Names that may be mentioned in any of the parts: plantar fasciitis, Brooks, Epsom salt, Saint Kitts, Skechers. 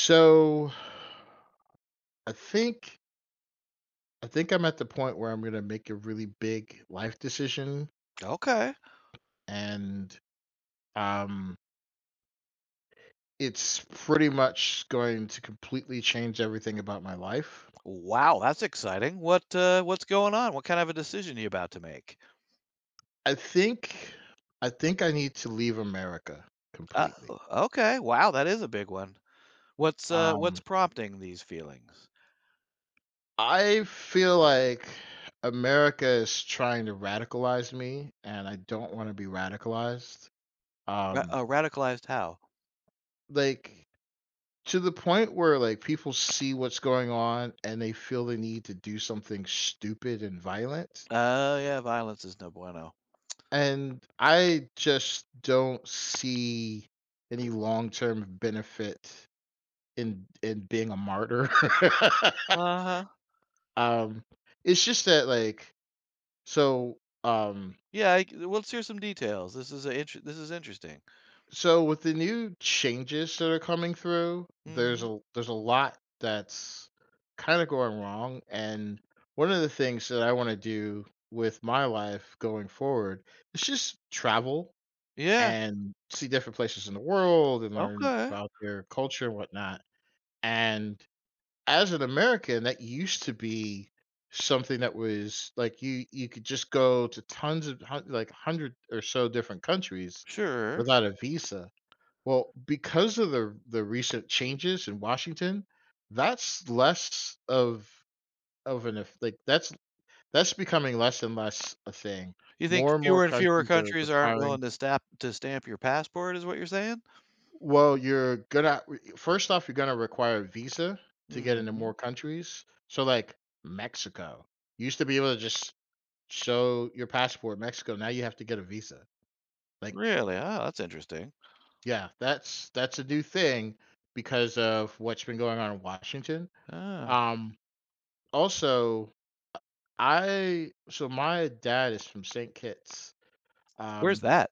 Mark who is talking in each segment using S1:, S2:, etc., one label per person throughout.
S1: So I think I think I'm at the point where I'm gonna make a really big life decision
S2: Okay.
S1: and um it's pretty much going to completely change everything about my life.
S2: Wow, that's exciting. What's going on? What kind of a decision are you about to make?
S1: I think I think I need to leave America
S2: Oh,
S1: completely.
S2: okay. Wow, that is a big one. What's
S1: Um
S2: prompting these feelings?
S1: I feel like America is trying to radicalize me and I don't want to be radicalized.
S2: Ra
S1: Um
S2: radicalized how?
S1: like To the point where, like, people see what's going on and they feel the need to do something stupid and violent,
S2: Oh, yeah, violence is no bueno.
S1: and I just don't see any long-term benefit in being a martyr.
S2: Uh-huh.
S1: Um, it's just that, like so, um
S2: Yeah, I c let's hear some details. This is interesting.
S1: So with the new changes that are coming through, there's
S2: Mhm.
S1: a lot that's kind of going wrong, and one of the things that I want to do with my life going forward is just travel
S2: Yeah,
S1: and see different places in the world and learn
S2: okay.
S1: about their culture and whatnot. And as an American, that used to be something that was like you could just go to tons of like 100 or so different countries
S2: Sure.
S1: without a visa, well, because of the recent changes in Washington, that's less of an if, like that's becoming less and less a thing.
S2: You think
S1: More and more
S2: fewer and fewer
S1: countries are
S2: countries aren't
S1: requiring,
S2: willing to stamp your passport is what you're saying?
S1: well, you're gonna first off, you're gonna require a visa to get into more
S2: Mhm.
S1: countries. So like Mexico. You used to be able to just show your passport, Mexico, now you have to get a visa. Like,
S2: Really? Oh, that's interesting.
S1: yeah, that's a new thing because of what's been going on in Washington.
S2: Oh,
S1: Um Also, I so my dad is from Saint Kitts.
S2: where's
S1: Um,
S2: that?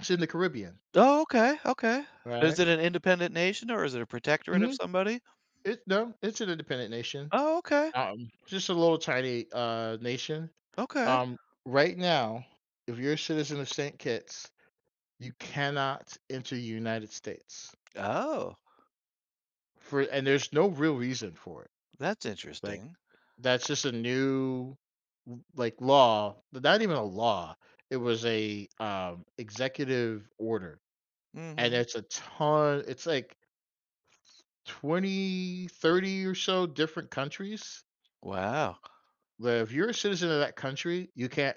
S1: it's in the Caribbean,
S2: Oh, okay, okay. Is
S1: right?
S2: it an independent nation or is it a protectorate
S1: hmm
S2: of somebody?
S1: It no, it's an independent nation.
S2: Oh, okay,
S1: Um, just a little tiny nation.
S2: okay.
S1: Um, right now, if you're a citizen of Saint Kitts, you cannot enter the United States,
S2: Oh,
S1: for, and there's no real reason for it.
S2: that's
S1: Like,
S2: interesting.
S1: that's just a new like law, but not even a law. It was a executive order. And
S2: Mhm.
S1: it's a ton, it's like 20, 30 or so different countries
S2: Wow,
S1: that if you're a citizen of that country, you can't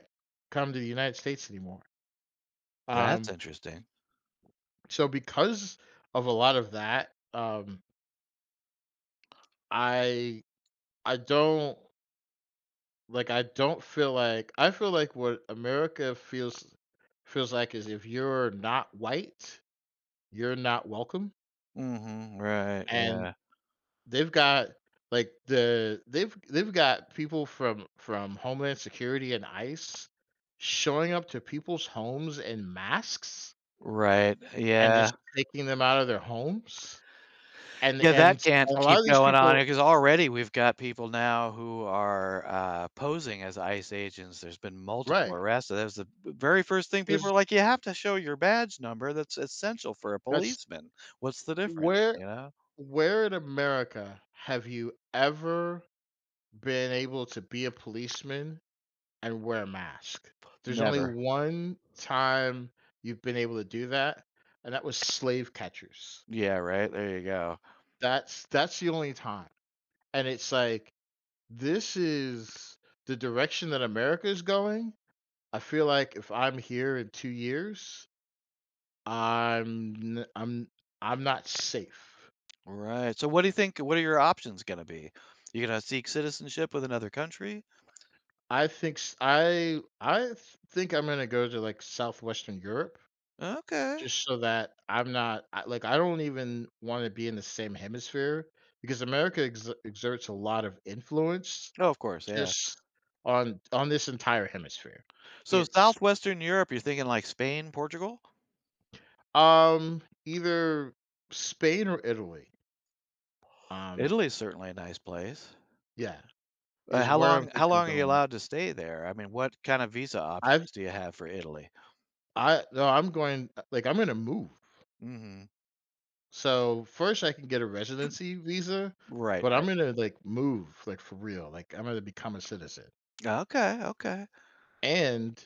S1: come to the United States anymore.
S2: that's
S1: Um,
S2: interesting.
S1: so because of a lot of that, I I don't like I don't feel like I feel like what America feels like is if you're not white, you're not welcome.
S2: Mhm, right,
S1: And
S2: yeah.
S1: they've got they've got people from Homeland Security and ICE showing up to people's homes in masks
S2: Right,
S1: and
S2: yeah.
S1: just taking them out of their homes,
S2: Yeah, that
S1: and a
S2: can't
S1: lot
S2: keep
S1: of these
S2: going on,
S1: people.
S2: because already we've got people now who are, posing as ICE agents. There's been multiple
S1: Right,
S2: arrests, so that was the v very first thing people
S1: there's
S2: are like, "You have to show your badge number, that's essential for a
S1: that's
S2: policeman. What's the difference?"
S1: where
S2: You know?
S1: where in America have you ever been able to be a policeman and wear a mask? There's only
S2: Never.
S1: one time you've been able to do that, and that was slave catchers.
S2: Yeah, right. There you go.
S1: That's the only time, and it's like, this is the direction that America is going. I feel like if I'm here in 2 years, I'm n I'm I'm not safe.
S2: Right. So what are your options gonna be? You gonna seek citizenship with another country?
S1: I think s I th think I'm gonna go to, like, Southwestern Europe,
S2: Okay.
S1: just so that I'm not, I like, I don't even wanna be in the same hemisphere because America ex exerts a lot of influence
S2: Oh, of course, yeah.
S1: just on this entire hemisphere.
S2: So
S1: It's
S2: Southwestern Europe, you're thinking like Spain, Portugal?
S1: um, either Spain or Italy. Um,
S2: Italy's certainly a nice place.
S1: yeah,
S2: Uh,
S1: is
S2: how
S1: where I'm
S2: long how
S1: thinking of
S2: long are you
S1: going.
S2: allowed to stay there? I mean, what kind of visa
S1: I've
S2: options do you have for Italy?
S1: I No, I'm going, like, I'm gonna move.
S2: Mhm.
S1: So, first I can get a residency visa,
S2: Right,
S1: but I'm
S2: right.
S1: gonna, like, move, like, for real. Like, I'm gonna become a citizen.
S2: Okay, okay.
S1: And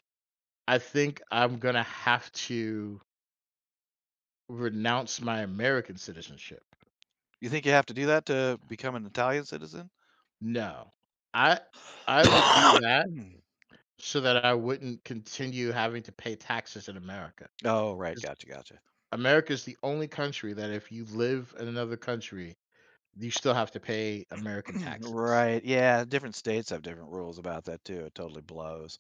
S1: I think I'm gonna have to renounce my American citizenship.
S2: You think you have to do that to become an Italian citizen?
S1: No. I I would do that
S2: Hmm.
S1: so that I wouldn't continue having to pay taxes in America.
S2: Oh, right. Gotcha, gotcha.
S1: America is the only country that if you live in another country, you still have to pay American taxes.
S2: Right, yeah, different states have different rules about that too, it totally blows.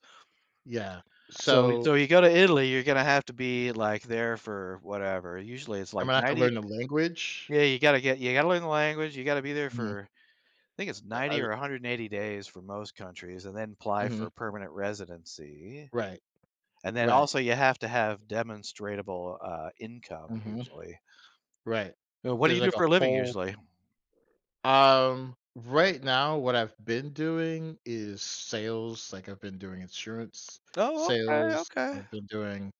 S1: Yeah.
S2: So
S1: So,
S2: so you go to Italy, you're gonna have to be, like, there for whatever, usually it's
S1: I'm
S2: like
S1: gonna have to
S2: 90.
S1: learn the language.
S2: Yeah, you gotta learn the language, you gotta be there
S1: Mhm.
S2: for I think it's
S1: Uh,
S2: 90
S1: uh,
S2: or 180 days for most countries, and then apply
S1: mhm.
S2: for permanent residency,
S1: Right,
S2: and then
S1: right.
S2: also you have to have demonstratable, income
S1: Mhm.
S2: usually.
S1: Right.
S2: What do
S1: There's
S2: you do
S1: like a
S2: for a living
S1: whole
S2: usually?
S1: right now, what I've been doing is sales, like, I've been doing insurance
S2: Oh, okay,
S1: sales,
S2: okay.
S1: I've been doing,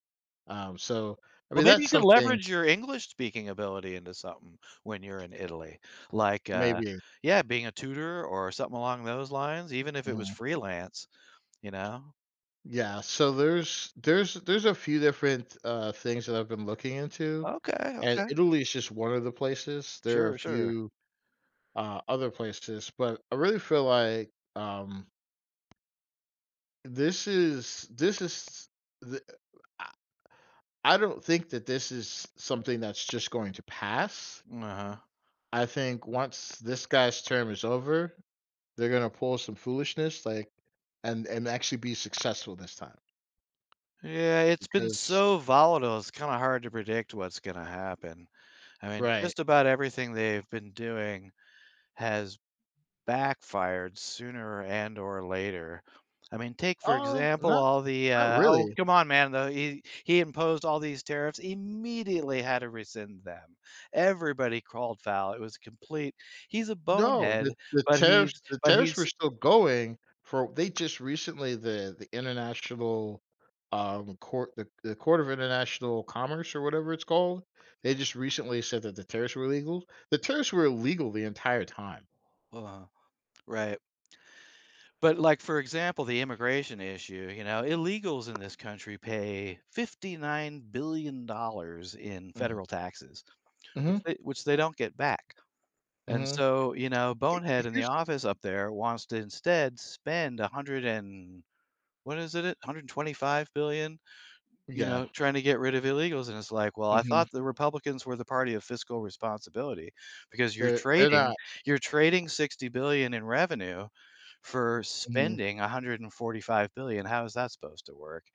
S1: so I
S2: Well,
S1: mean,
S2: maybe
S1: that's
S2: you could
S1: something,
S2: leverage your English speaking ability into something when you're in Italy. Like,
S1: maybe.
S2: yeah, being a tutor or something along those lines, even if it was
S1: Mhm.
S2: freelance, you know?
S1: Yeah, so there's a few different, things that I've been looking into,
S2: Okay,
S1: and
S2: okay.
S1: Italy is just one of the places. There are a
S2: Sure, sure.
S1: few, other places, but I really feel like, um, this is the I I don't think that this is something that's just going to pass.
S2: Uh-huh.
S1: I think once this guy's term is over, they're gonna pull some foolishness, like, and actually be successful this time
S2: Yeah, it's been
S1: because.
S2: so volatile, it's kinda hard to predict what's gonna happen. I mean,
S1: Right.
S2: just about everything they've been doing has backfired sooner and or later. I mean, take for
S1: Oh,
S2: example
S1: not
S2: all the
S1: not
S2: oh
S1: really.
S2: come on man, though he imposed all these tariffs, immediately had to rescind them. Everybody crawled foul. It was complete. He's a
S1: No,
S2: bonehead,
S1: the
S2: but he's but
S1: tariffs were
S2: he's
S1: still going for, they just recently, the international, court, the Court of International Commerce or whatever it's called, they just recently said that the tariffs were illegal. The tariffs were illegal the entire time.
S2: uh, right. But like, for example, the immigration issue. You know, illegals in this country pay $59 billion in
S1: Mhm,
S2: federal taxes, which
S1: mhm,
S2: they which they don't get back. And
S1: mhm.
S2: so, you know, Bonehead in the office up there wants to instead spend 100 and, what is it, 125 billion, you
S1: Yeah,
S2: know, trying to get rid of illegals. And it's like, well, I
S1: mhm.
S2: thought the Republicans were the party of fiscal responsibility, because you're
S1: They're
S2: trading,
S1: not
S2: you're trading 60 billion in revenue for
S1: mhm,
S2: spending 145 billion. How is that supposed to work?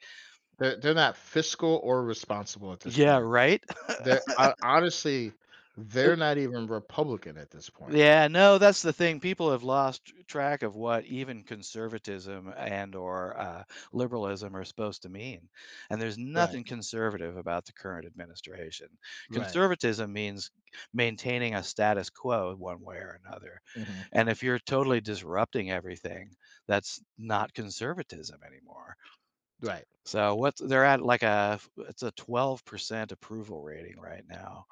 S1: they're not fiscal or responsible at this
S2: Yeah,
S1: point.
S2: right.
S1: They're ho honestly, they're not even Republican at this point.
S2: Yeah, no, that's the thing. People have lost track of what even conservatism and or liberalism are supposed to mean. And there's
S1: Right,
S2: nothing conservative about the current administration.
S1: right,
S2: Conservatism means maintaining a status quo one way or another.
S1: mhm,
S2: And if you're totally disrupting everything, that's not conservatism anymore.
S1: right.
S2: So what's they're at like a it's a 12% approval rating right now.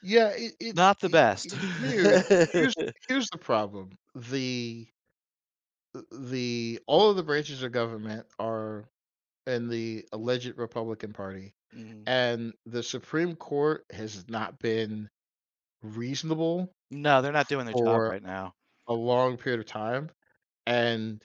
S1: Yeah, it it's
S2: Not the
S1: it
S2: best.
S1: it's weird. Here's here's the problem. The all of the branches of government are in the alleged Republican Party,
S2: Mhm.
S1: and the Supreme Court has not been reasonable
S2: No, they're not doing their job
S1: for
S2: right now.
S1: a long period of time, and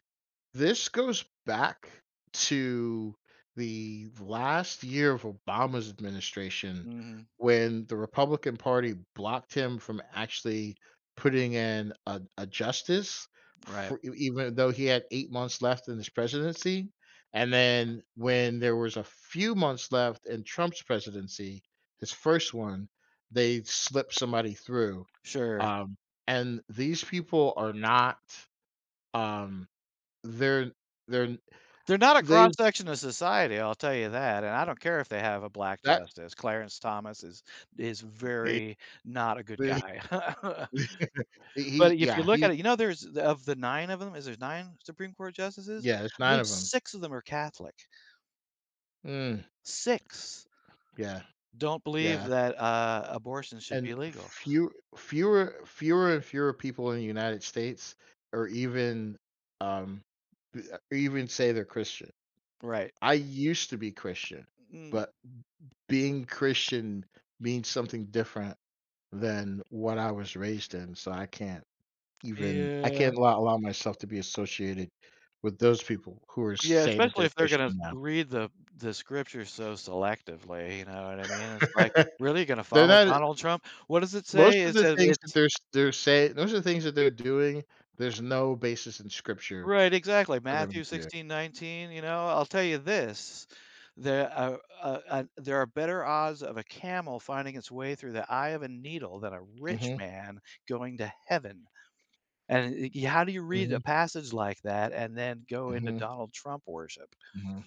S1: this goes back to the last year of Obama's administration
S2: Mhm.
S1: when the Republican Party blocked him from actually putting in a justice,
S2: Right.
S1: for, even though he had 8 months left in his presidency. And then when there was a few months left in Trump's presidency, his first one, they slipped somebody through.
S2: Sure.
S1: Um, and these people are not. Um, they're they're
S2: They're not a cross
S1: they've
S2: section of society, I'll tell you that, and I don't care if they have a black
S1: that
S2: justice. Clarence Thomas is
S1: they
S2: very not a good
S1: they
S2: guy. But if you look
S1: he
S2: at it, you know, there's of the 9 of them. Is there's 9 Supreme Court justices?
S1: yeah, it's
S2: I
S1: 9
S2: believe
S1: of 'em.
S2: 6 of them are Catholic.
S1: Mm,
S2: 6
S1: yeah,
S2: don't believe
S1: yeah,
S2: that, abortion should
S1: and
S2: be legal.
S1: few fewer fewer and fewer people in the United States or even, um, b even say they're Christian.
S2: Right.
S1: I used to be Christian,
S2: Mm.
S1: but being Christian means something different than what I was raised in, so I
S2: Yeah.
S1: can't allow myself to be associated with those people who are
S2: Yeah,
S1: saying that
S2: especially
S1: they're
S2: if they're gonna
S1: Christian now.
S2: read the scriptures so selectively, you know what I mean? It's like, really gonna
S1: They're
S2: follow
S1: not
S2: Donald Trump? What does it say?
S1: most of
S2: It
S1: the
S2: says
S1: things that
S2: it's
S1: they're saying, most of the things that they're doing, there's no basis in scripture
S2: right, exactly,
S1: for them
S2: Matthew
S1: to do.
S2: 16:19, you know, I'll tell you this, there are better odds of a camel finding its way through the eye of a needle than a rich
S1: Mhm,
S2: man going to heaven, and y y how do you read a
S1: mhm,
S2: passage like that and then go into
S1: mhm,
S2: Donald Trump worship?
S1: mhm,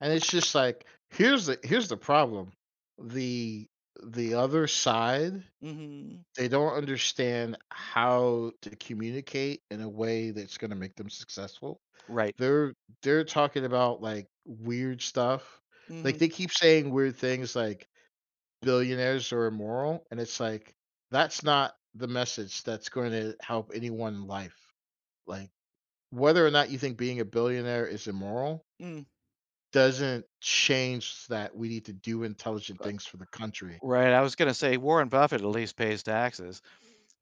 S1: and it's just like, here's the problem. The the other side,
S2: Mhm.
S1: they don't understand how to communicate in a way that's gonna make them successful.
S2: Right.
S1: They're they're talking about, like, weird stuff. Like,
S2: Mhm.
S1: they keep saying weird things like billionaires are immoral, and it's like, that's not the message that's going to help anyone in life. Like, whether or not you think being a billionaire is immoral
S2: Mm.
S1: doesn't change that we need to do intelligent things for the country.
S2: Right, I was gonna say Warren Buffett at least pays taxes.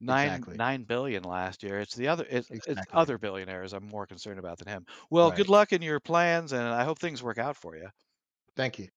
S2: 9
S1: Exactly.
S2: 9000000000 last year. It's
S1: Exactly.
S2: other billionaires I'm more concerned about than him. Well,
S1: Right.
S2: good luck in your plans, and I hope things work out for you.
S1: Thank you.